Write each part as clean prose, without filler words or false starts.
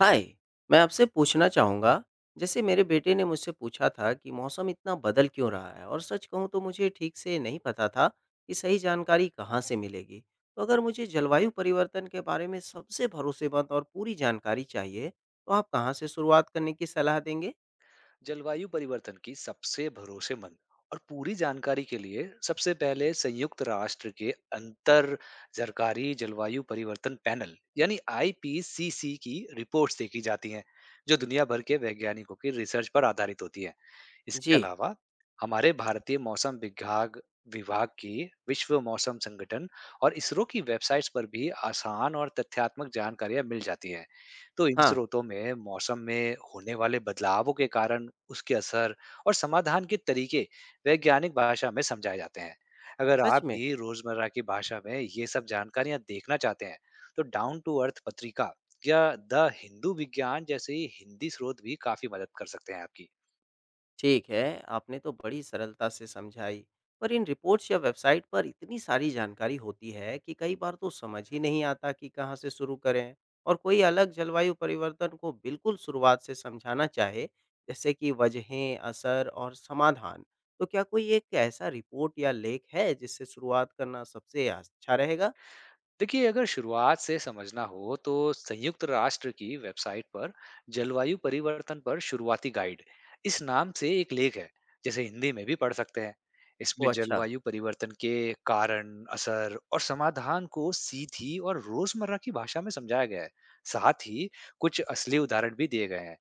हाय। मैं आपसे पूछना चाहूँगा। जैसे मेरे बेटे ने मुझसे पूछा था कि मौसम इतना बदल क्यों रहा है और सच कहूँ तो मुझे ठीक से नहीं पता था कि सही जानकारी कहाँ से मिलेगी। तो अगर मुझे जलवायु परिवर्तन के बारे में सबसे भरोसेमंद और पूरी जानकारी चाहिए तो आप कहाँ से शुरुआत करने की सलाह देंगे। जलवायु परिवर्तन की सबसे भरोसेमंद और पूरी जानकारी के लिए सबसे पहले संयुक्त राष्ट्र के अंतर सरकारी जलवायु परिवर्तन पैनल यानी आईपीसीसी की रिपोर्ट्स देखी जाती हैं, जो दुनिया भर के वैज्ञानिकों की रिसर्च पर आधारित होती है। इसके जी। अलावा हमारे भारतीय मौसम विभाग विभाग की, विश्व मौसम संगठन और इसरो की वेबसाइट्स पर भी आसान और तथ्यात्मक जानकारियां मिल जाती हैं। तो इन हाँ। स्रोतों में मौसम में होने वाले बदलावों के कारण, उसके असर और समाधान के तरीके वैज्ञानिक भाषा में समझाए जाते हैं। अगर सच आप में। भी रोजमर्रा की भाषा में ये सब जानकारियां देखना चाहते हैं, तो डाउन टू अर्थ पत्रिका या द हिंदू विज्ञान जैसे हिंदी स्रोत भी काफी मदद कर सकते हैं आपकी। ठीक है, आपने तो बड़ी सरलता से समझाई। पर इन रिपोर्ट्स या वेबसाइट पर इतनी सारी जानकारी होती है कि कई बार तो समझ ही नहीं आता कि कहाँ से शुरू करें। और कोई अलग जलवायु परिवर्तन को बिल्कुल शुरुआत से समझाना चाहे, जैसे कि वजहें, असर और समाधान, तो क्या कोई एक ऐसा रिपोर्ट या लेख है जिससे शुरुआत करना सबसे अच्छा रहेगा? देखिए, अगर शुरुआत से समझना हो तो संयुक्त राष्ट्र की वेबसाइट पर जलवायु परिवर्तन पर शुरुआती गाइड इस नाम से एक लेख है, जैसे हिंदी में भी पढ़ सकते हैं। इसमें ओह अच्छा। जलवायु परिवर्तन के कारण, असर और समाधान को सीधी और रोजमर्रा की भाषा में समझाया गया है। साथ ही कुछ असली उदाहरण भी दिए गए हैं।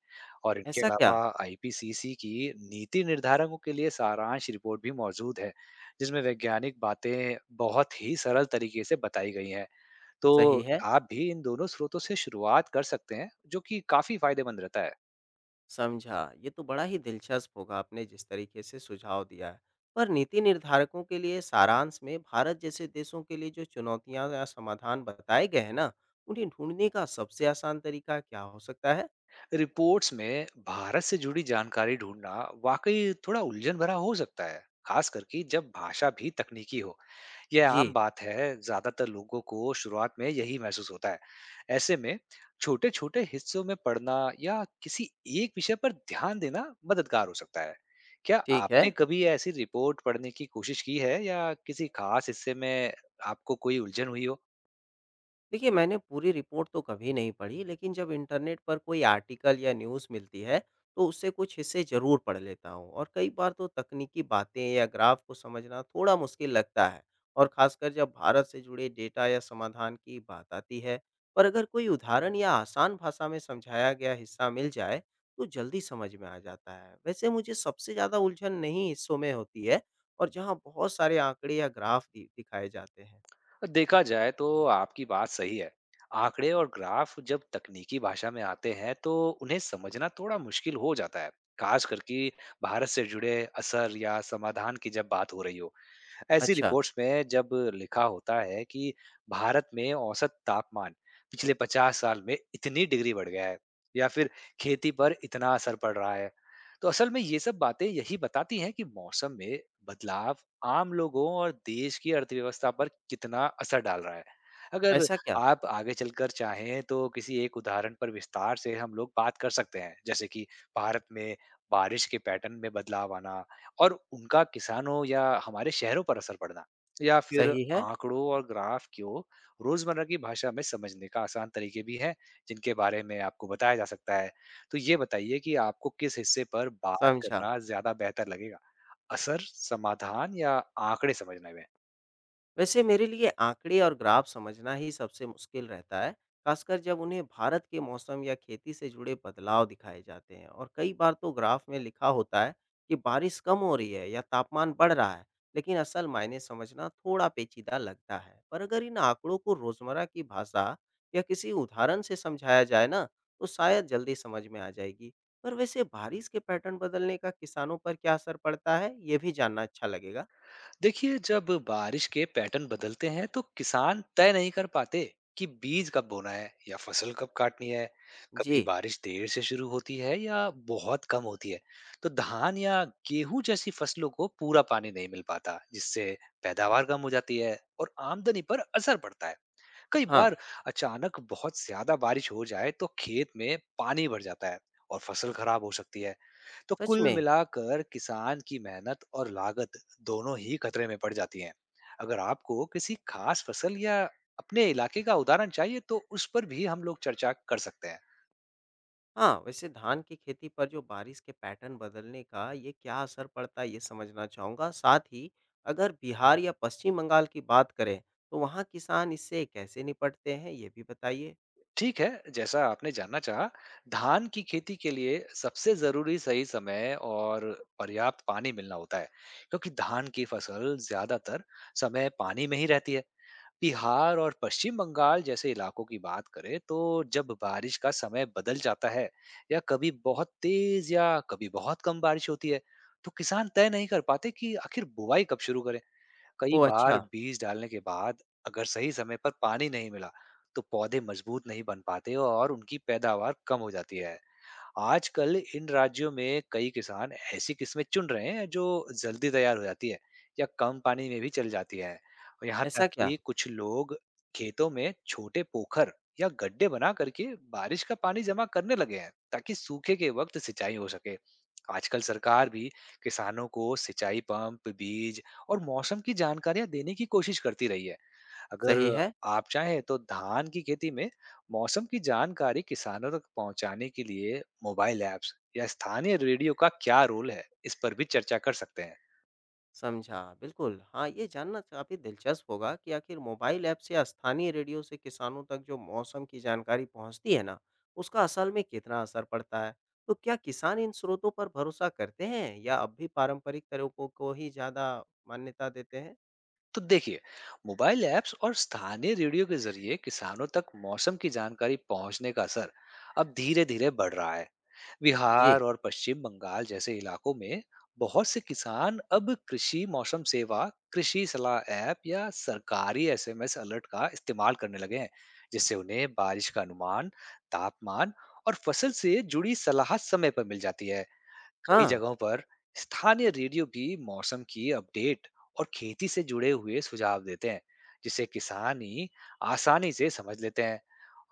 और इनके ऐसा अलावा क्या? आईपीसीसी की नीति निर्धारकों के लिए सारांश रिपोर्ट भी मौजूद है, जिसमें वैज्ञानिक बातें बहुत ही सरल तरीके से बताई गई हैं। तो सही है। आप भी इन दोनों स्रोतों से शुरुआत कर सकते हैं, जो कि काफी फायदेमंद रहता है। समझा। ये तो बड़ा ही दिलचस्प होगा। आपने जिस तरीके से सुझाव दिया है, पर नीति निर्धारकों के लिए सारांश में भारत जैसे देशों के लिए जो चुनौतियां या समाधान बताए गए हैं ना, उन्हें ढूंढने का सबसे आसान तरीका क्या हो सकता है? रिपोर्ट्स में भारत से जुड़ी जानकारी ढूंढना वाकई थोड़ा उलझन भरा हो सकता है, खास करके जब भाषा भी तकनीकी हो। यह आम जी। बात है, ज्यादातर लोगों को शुरुआत में यही महसूस होता है। ऐसे में छोटे-छोटे हिस्सों में पढ़ना या किसी एक विषय पर ध्यान देना मददगार हो सकता है। क्या ठीक है। आपने कभी ऐसी रिपोर्ट पढ़ने की कोशिश की है या किसी खास हिस्से में आपको कोई उलझन हुई हो? देखिए, मैंने पूरी रिपोर्ट तो कभी नहीं पढ़ी, लेकिन जब इंटरनेट पर कोई आर्टिकल या न्यूज़ मिलती है, तो उससे कुछ हिस्से ज़रूर पढ़ लेता हूँ और कई बार तो तकनीकी बातें या ग्राफ को समझना थोड़ा मुश्किल लगता है और ख़ासकर जब भारत से जुड़े डेटा या समाधान की बात आती है। पर अगर कोई उदाहरण या आसान भाषा में समझाया गया हिस्सा मिल जाए, तो जल्दी समझ में आ जाता है। वैसे मुझे सबसे ज़्यादा उलझन इन्हीं हिस्सों में होती है और जहाँ बहुत सारे आंकड़े या ग्राफ दि दिखाए जाते हैं। देखा जाए तो आपकी बात सही है। आंकड़े और ग्राफ जब तकनीकी भाषा में आते हैं तो उन्हें समझना थोड़ा मुश्किल हो जाता है, खास करके भारत से जुड़े असर या समाधान की जब बात हो रही हो। ऐसी अच्छा। रिपोर्ट्स में जब लिखा होता है कि भारत में औसत तापमान पिछले 50 साल में इतनी डिग्री बढ़ गया है, या फिर खेती पर इतना असर पड़ रहा है, तो असल में ये सब बातें यही बताती हैं कि मौसम में बदलाव आम लोगों और देश की अर्थव्यवस्था पर कितना असर डाल रहा है। अगर ऐसा क्या? आप आगे चलकर चाहें तो किसी एक उदाहरण पर विस्तार से हम लोग बात कर सकते हैं, जैसे कि भारत में बारिश के पैटर्न में बदलाव आना और उनका किसानों या हमारे शहरों पर असर पड़ना, या फिर सही है? आंकड़ों और ग्राफ को रोजमर्रा की भाषा में समझने का आसान तरीके भी हैं, जिनके बारे में आपको बताया जा सकता है। तो ये बताइए कि आपको किस हिस्से पर बात समझा। करना ज़्यादा बेहतर लगेगा? असर, समाधान या आंकड़े समझने में? वैसे मेरे लिए आंकड़े और ग्राफ समझना ही सबसे मुश्किल रहता है, खासकर जब उन्हें भारत के मौसम या खेती से जुड़े बदलाव दिखाए जाते हैं। और कई बार तो ग्राफ में लिखा होता है कि बारिश कम हो रही है या तापमान बढ़ रहा है, लेकिन असल मायने समझना थोड़ा पेचीदा लगता है। पर अगर इन आंकड़ों को रोजमर्रा की भाषा या किसी उदाहरण से समझाया जाए ना, तो शायद जल्दी समझ में आ जाएगी। पर वैसे बारिश के पैटर्न बदलने का किसानों पर क्या असर पड़ता है, ये भी जानना अच्छा लगेगा। देखिए, जब बारिश के पैटर्न बदलते हैं तो किसान तय नहीं कर पाते कि बीज कब बोना है या फसल कब काटनी है। कभी जी। बारिश देर से शुरू होती है या बहुत कम होती है, तो धान या गेहूं जैसी फसलों को पूरा पानी नहीं मिल पाता, जिससे पैदावार कम हो जाती है और आमदनी पर असर पड़ता है। कई हाँ। बार अचानक बहुत ज्यादा बारिश हो जाए तो खेत में पानी भर जाता है और फसल खराब हो सकती है। तो सच कुल में? मिलाकर किसान की मेहनत और लागत दोनों ही खतरे में पड़ जाती हैं। अगर आपको किसी खास फसल या अपने इलाके का उदाहरण चाहिए तो उस पर भी हम लोग चर्चा कर सकते हैं। हाँ, वैसे धान की खेती पर जो बारिश के पैटर्न बदलने का ये क्या असर पड़ता है, ये समझना चाहूँगा। साथ ही अगर बिहार या पश्चिम बंगाल की बात करें, तो वहाँ किसान इससे कैसे निपटते हैं, ये भी बताइए? ठीक है, जैसा आपने जानना चाहा, धान की खेती के लिए सबसे जरूरी सही समय और पर्याप्त पानी मिलना होता है, क्योंकि धान की फसल ज्यादातर समय पानी में ही रहती है। बिहार और पश्चिम बंगाल जैसे इलाकों की बात करें तो जब बारिश का समय बदल जाता है, या कभी बहुत तेज या कभी बहुत कम बारिश होती है, तो किसान तय नहीं कर पाते कि आखिर बुआई कब शुरू करें। कई ओह बार अच्छा। बीज डालने के बाद अगर सही समय पर पानी नहीं मिला तो पौधे मजबूत नहीं बन पाते और उनकी पैदावार कम हो जाती है। आजकल इन राज्यों में कई किसान ऐसी किस्में चुन रहे हैं जो जल्दी तैयार हो जाती है या कम पानी में भी चल जाती है। और यहाँ ऐसा तक क्या? कि कुछ लोग खेतों में छोटे पोखर या गड्ढे बना करके बारिश का पानी जमा करने लगे हैं, ताकि सूखे के वक्त सिंचाई हो सके। आजकल सरकार भी किसानों को सिंचाई पंप, बीज और मौसम की जानकारियां देने की कोशिश करती रही है। अगर सही है। आप चाहें तो धान की खेती में मौसम की जानकारी किसानों तक पहुंचाने के लिए मोबाइल ऐप्स या स्थानीय रेडियो का क्या रोल है, इस पर भी चर्चा कर सकते हैं। समझा, बिल्कुल। हाँ, ये जानना काफ़ी दिलचस्प होगा कि आखिर मोबाइल ऐप से या स्थानीय रेडियो से किसानों तक जो मौसम की जानकारी पहुँचती है ना, उसका असल में कितना असर पड़ता है? तो क्या किसान इन स्रोतों पर भरोसा करते हैं या अब भी पारंपरिक तरीकों को ही ज़्यादा मान्यता देते हैं? तो देखिए, मोबाइल ऐप्स और स्थानीय रेडियो के जरिए किसानों तक मौसम की जानकारी पहुंचने का असर अब धीरे धीरे बढ़ रहा है। जी। बिहार और पश्चिम बंगाल जैसे इलाकों में बहुत से किसान अब कृषि मौसम सेवा, कृषि सलाह ऐप या सरकारी एसएमएस अलर्ट का इस्तेमाल करने लगे हैं, जिससे उन्हें बारिश का अनुमान, तापमान और फसल से जुड़ी सलाह समय पर मिल जाती है। कई हाँ। जगहों पर स्थानीय रेडियो भी मौसम की अपडेट और खेती से जुड़े हुए सुझाव देते हैं, जिसे किसान ही आसानी से समझ लेते हैं।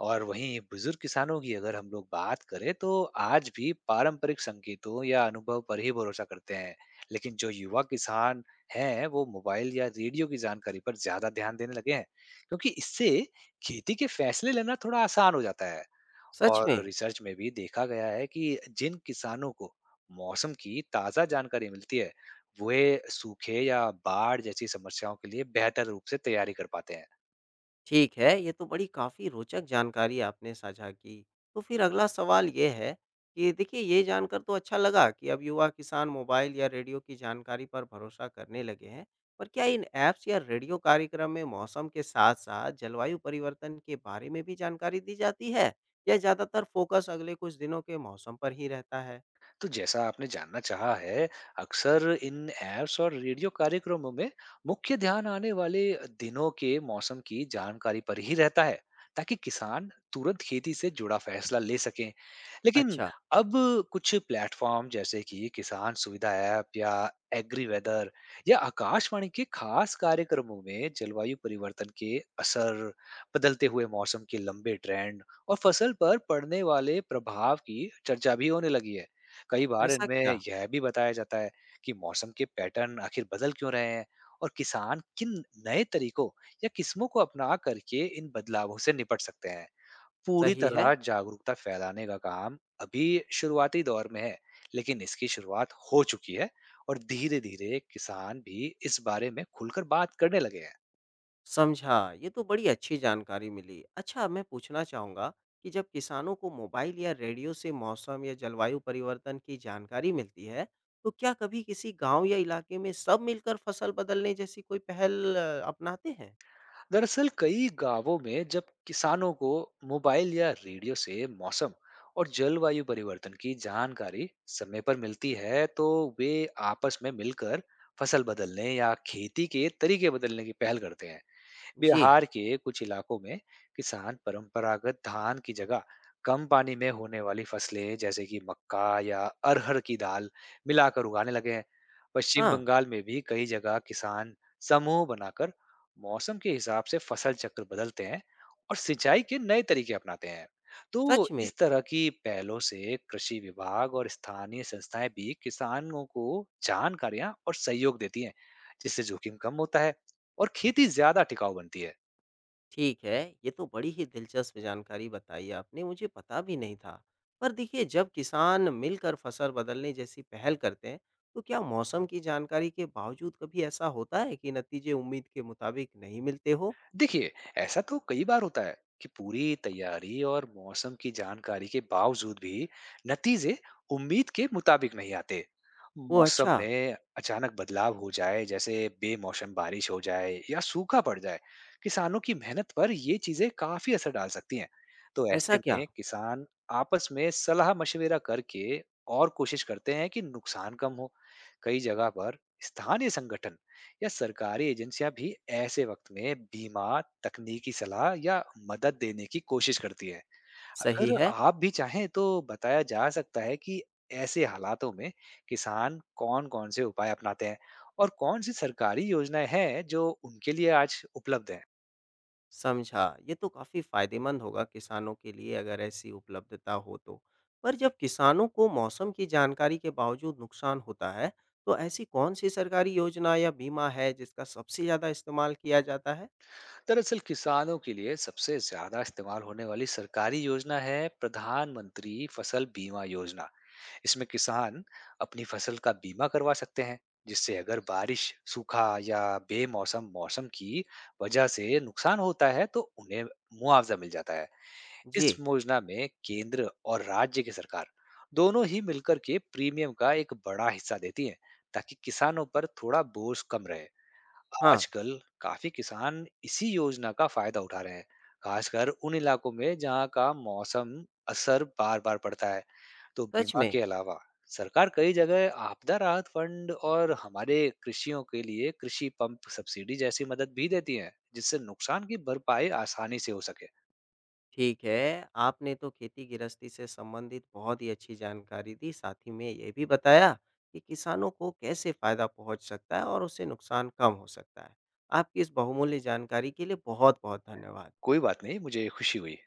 और वहीं बुजुर्ग किसानों की अगर हम लोग बात करें तो आज भी पारंपरिक संकेतों या अनुभव पर ही भरोसा करते हैं, लेकिन जो युवा किसान हैं वो मोबाइल या रेडियो की जानकारी पर ज्यादा ध्यान देने लगे हैं, क्योंकि इससे खेती के फैसले लेना थोड़ा आसान हो जाता है। सच और में। रिसर्च में भी देखा गया है कि जिन किसानों को मौसम की ताज़ा जानकारी मिलती है, वे सूखे या बाढ़ जैसी समस्याओं के लिए बेहतर रूप से तैयारी कर पाते हैं। ठीक है, ये तो बड़ी काफ़ी रोचक जानकारी आपने साझा की। तो फिर अगला सवाल ये है कि, देखिए, ये जानकर तो अच्छा लगा कि अब युवा किसान मोबाइल या रेडियो की जानकारी पर भरोसा करने लगे हैं। पर क्या इन ऐप्स या रेडियो कार्यक्रम में मौसम के साथ-साथ जलवायु परिवर्तन के बारे में भी जानकारी दी जाती है? या ज़्यादातर फ़ोकस अगले कुछ दिनों के मौसम पर ही रहता है? तो जैसा आपने जानना चाहा है, अक्सर इन ऐप्स और रेडियो कार्यक्रमों में मुख्य ध्यान आने वाले दिनों के मौसम की जानकारी पर ही रहता है, ताकि किसान तुरंत खेती से जुड़ा फैसला ले सकें। लेकिन अच्छा। अब कुछ प्लेटफॉर्म जैसे कि किसान सुविधा ऐप या एग्री वेदर या आकाशवाणी के खास कार्यक्रमों में जलवायु परिवर्तन के असर, बदलते हुए मौसम के लंबे ट्रेंड और फसल पर पड़ने वाले प्रभाव की चर्चा भी होने लगी है। कई बार ऐसा क्या? इनमें यह भी बताया जाता है कि मौसम के पैटर्न आखिर बदल क्यों रहे हैं और किसान किन नए तरीकों या किस्मों को अपना करके इन बदलावों से निपट सकते हैं। पूरी सही है? तरह जागरूकता फैलाने का काम अभी शुरुआती दौर में है, लेकिन इसकी शुरुआत हो चुकी है और धीरे धीरे किसान भी इस बारे में खुलकर बात करने लगे हैं। समझा, ये तो बड़ी अच्छी जानकारी मिली। अच्छा, मैं पूछना चाहूँगा कि जब किसानों को मोबाइल या रेडियो से मौसम या जलवायु परिवर्तन की जानकारी मिलती है, तो क्या कभी किसी गांव या इलाके में सब मिलकर फसल बदलने जैसी कोई पहल अपनाते हैं? दरअसल कई गांवों में जब किसानों को मोबाइल या रेडियो से मौसम और जलवायु परिवर्तन की जानकारी समय पर मिलती है, तो वे आपस में मिलकर फसल बदलने या खेती के तरीके बदलने की पहल करते हैं। जी। बिहार के कुछ इलाकों में किसान परंपरागत धान की जगह कम पानी में होने वाली फसलें जैसे कि मक्का या अरहर की दाल मिलाकर उगाने लगे हैं। पश्चिम हाँ। बंगाल में भी कई जगह किसान समूह बनाकर मौसम के हिसाब से फसल चक्र बदलते हैं और सिंचाई के नए तरीके अपनाते हैं। तो सच में। इस तरह की पहलों से कृषि विभाग और स्थानीय संस्थाएं भी किसानों को जानकारियां और सहयोग देती हैं, जिससे जोखिम कम होता है और खेती ज्यादा टिकाऊ बनती है। ठीक है, ये तो बड़ी ही दिलचस्प जानकारी बताई आपने, मुझे पता भी नहीं था। पर देखिए, जब किसान मिलकर फसल बदलने जैसी पहल करते हैं, तो क्या मौसम की जानकारी के बावजूद कभी ऐसा होता है कि नतीजे उम्मीद के मुताबिक नहीं मिलते हो? देखिए, ऐसा तो कई बार होता है कि पूरी तैयारी और मौसम की जानकारी के बावजूद भी नतीजे उम्मीद के मुताबिक नहीं आते। ओ मौसम अच्छा। में अचानक बदलाव हो जाए, जैसे बेमौसम बारिश हो जाए या सूखा पड़ जाए, किसानों की मेहनत पर ये चीजें काफी असर डाल सकती हैं। तो ऐसा ऐसे क्या? में किसान आपस में सलाह मशवरा करके और कोशिश करते हैं कि नुकसान कम हो। कई जगह पर स्थानीय संगठन या सरकारी एजेंसियां भी ऐसे वक्त में बीमा, तकनीकी सलाह या मदद देने की कोशिश करती है। सही अगर है। आप भी चाहें तो बताया जा सकता है कि ऐसे हालातों में किसान कौन कौन से उपाय अपनाते हैं और कौन सी सरकारी योजनाएं हैं जो उनके लिए आज उपलब्ध है। समझा। ये तो काफ़ी फ़ायदेमंद होगा किसानों के लिए अगर ऐसी उपलब्धता हो तो। पर जब किसानों को मौसम की जानकारी के बावजूद नुकसान होता है, तो ऐसी कौन-सी सरकारी योजना या बीमा है जिसका सबसे ज़्यादा इस्तेमाल किया जाता है? दरअसल किसानों के लिए सबसे ज्यादा इस्तेमाल होने वाली सरकारी योजना है प्रधानमंत्री फसल बीमा योजना। इसमें किसान अपनी फसल का बीमा करवा सकते हैं, जिससे अगर बारिश, सूखा या बेमौसम मौसम की वजह से नुकसान होता है तो उन्हें मुआवजा मिल जाता है। इस जी। योजना में केंद्र और राज्य की सरकार दोनों ही मिलकर के प्रीमियम का एक बड़ा हिस्सा देती है, ताकि किसानों पर थोड़ा बोझ कम रहे। हाँ। आजकल काफी किसान इसी योजना का फायदा उठा रहे हैं, खासकर उन इलाकों में जहां का मौसम असर बार-बार पड़ता है। तो सच बीमा में। के अलावा सरकार कई जगह आपदा राहत फंड और हमारे कृषियों के लिए कृषि पंप सब्सिडी जैसी मदद भी देती है, जिससे नुकसान की भरपाई आसानी से हो सके। ठीक है, आपने तो खेती-गृहस्थी से संबंधित बहुत ही अच्छी जानकारी दी, साथ ही में ये भी बताया कि किसानों को कैसे फ़ायदा पहुँच सकता है और उससे नुकसान कम हो सकता है। आपकी इस बहुमूल्य जानकारी के लिए बहुत-बहुत धन्यवाद। कोई बात नहीं, मुझे खुशी हुई।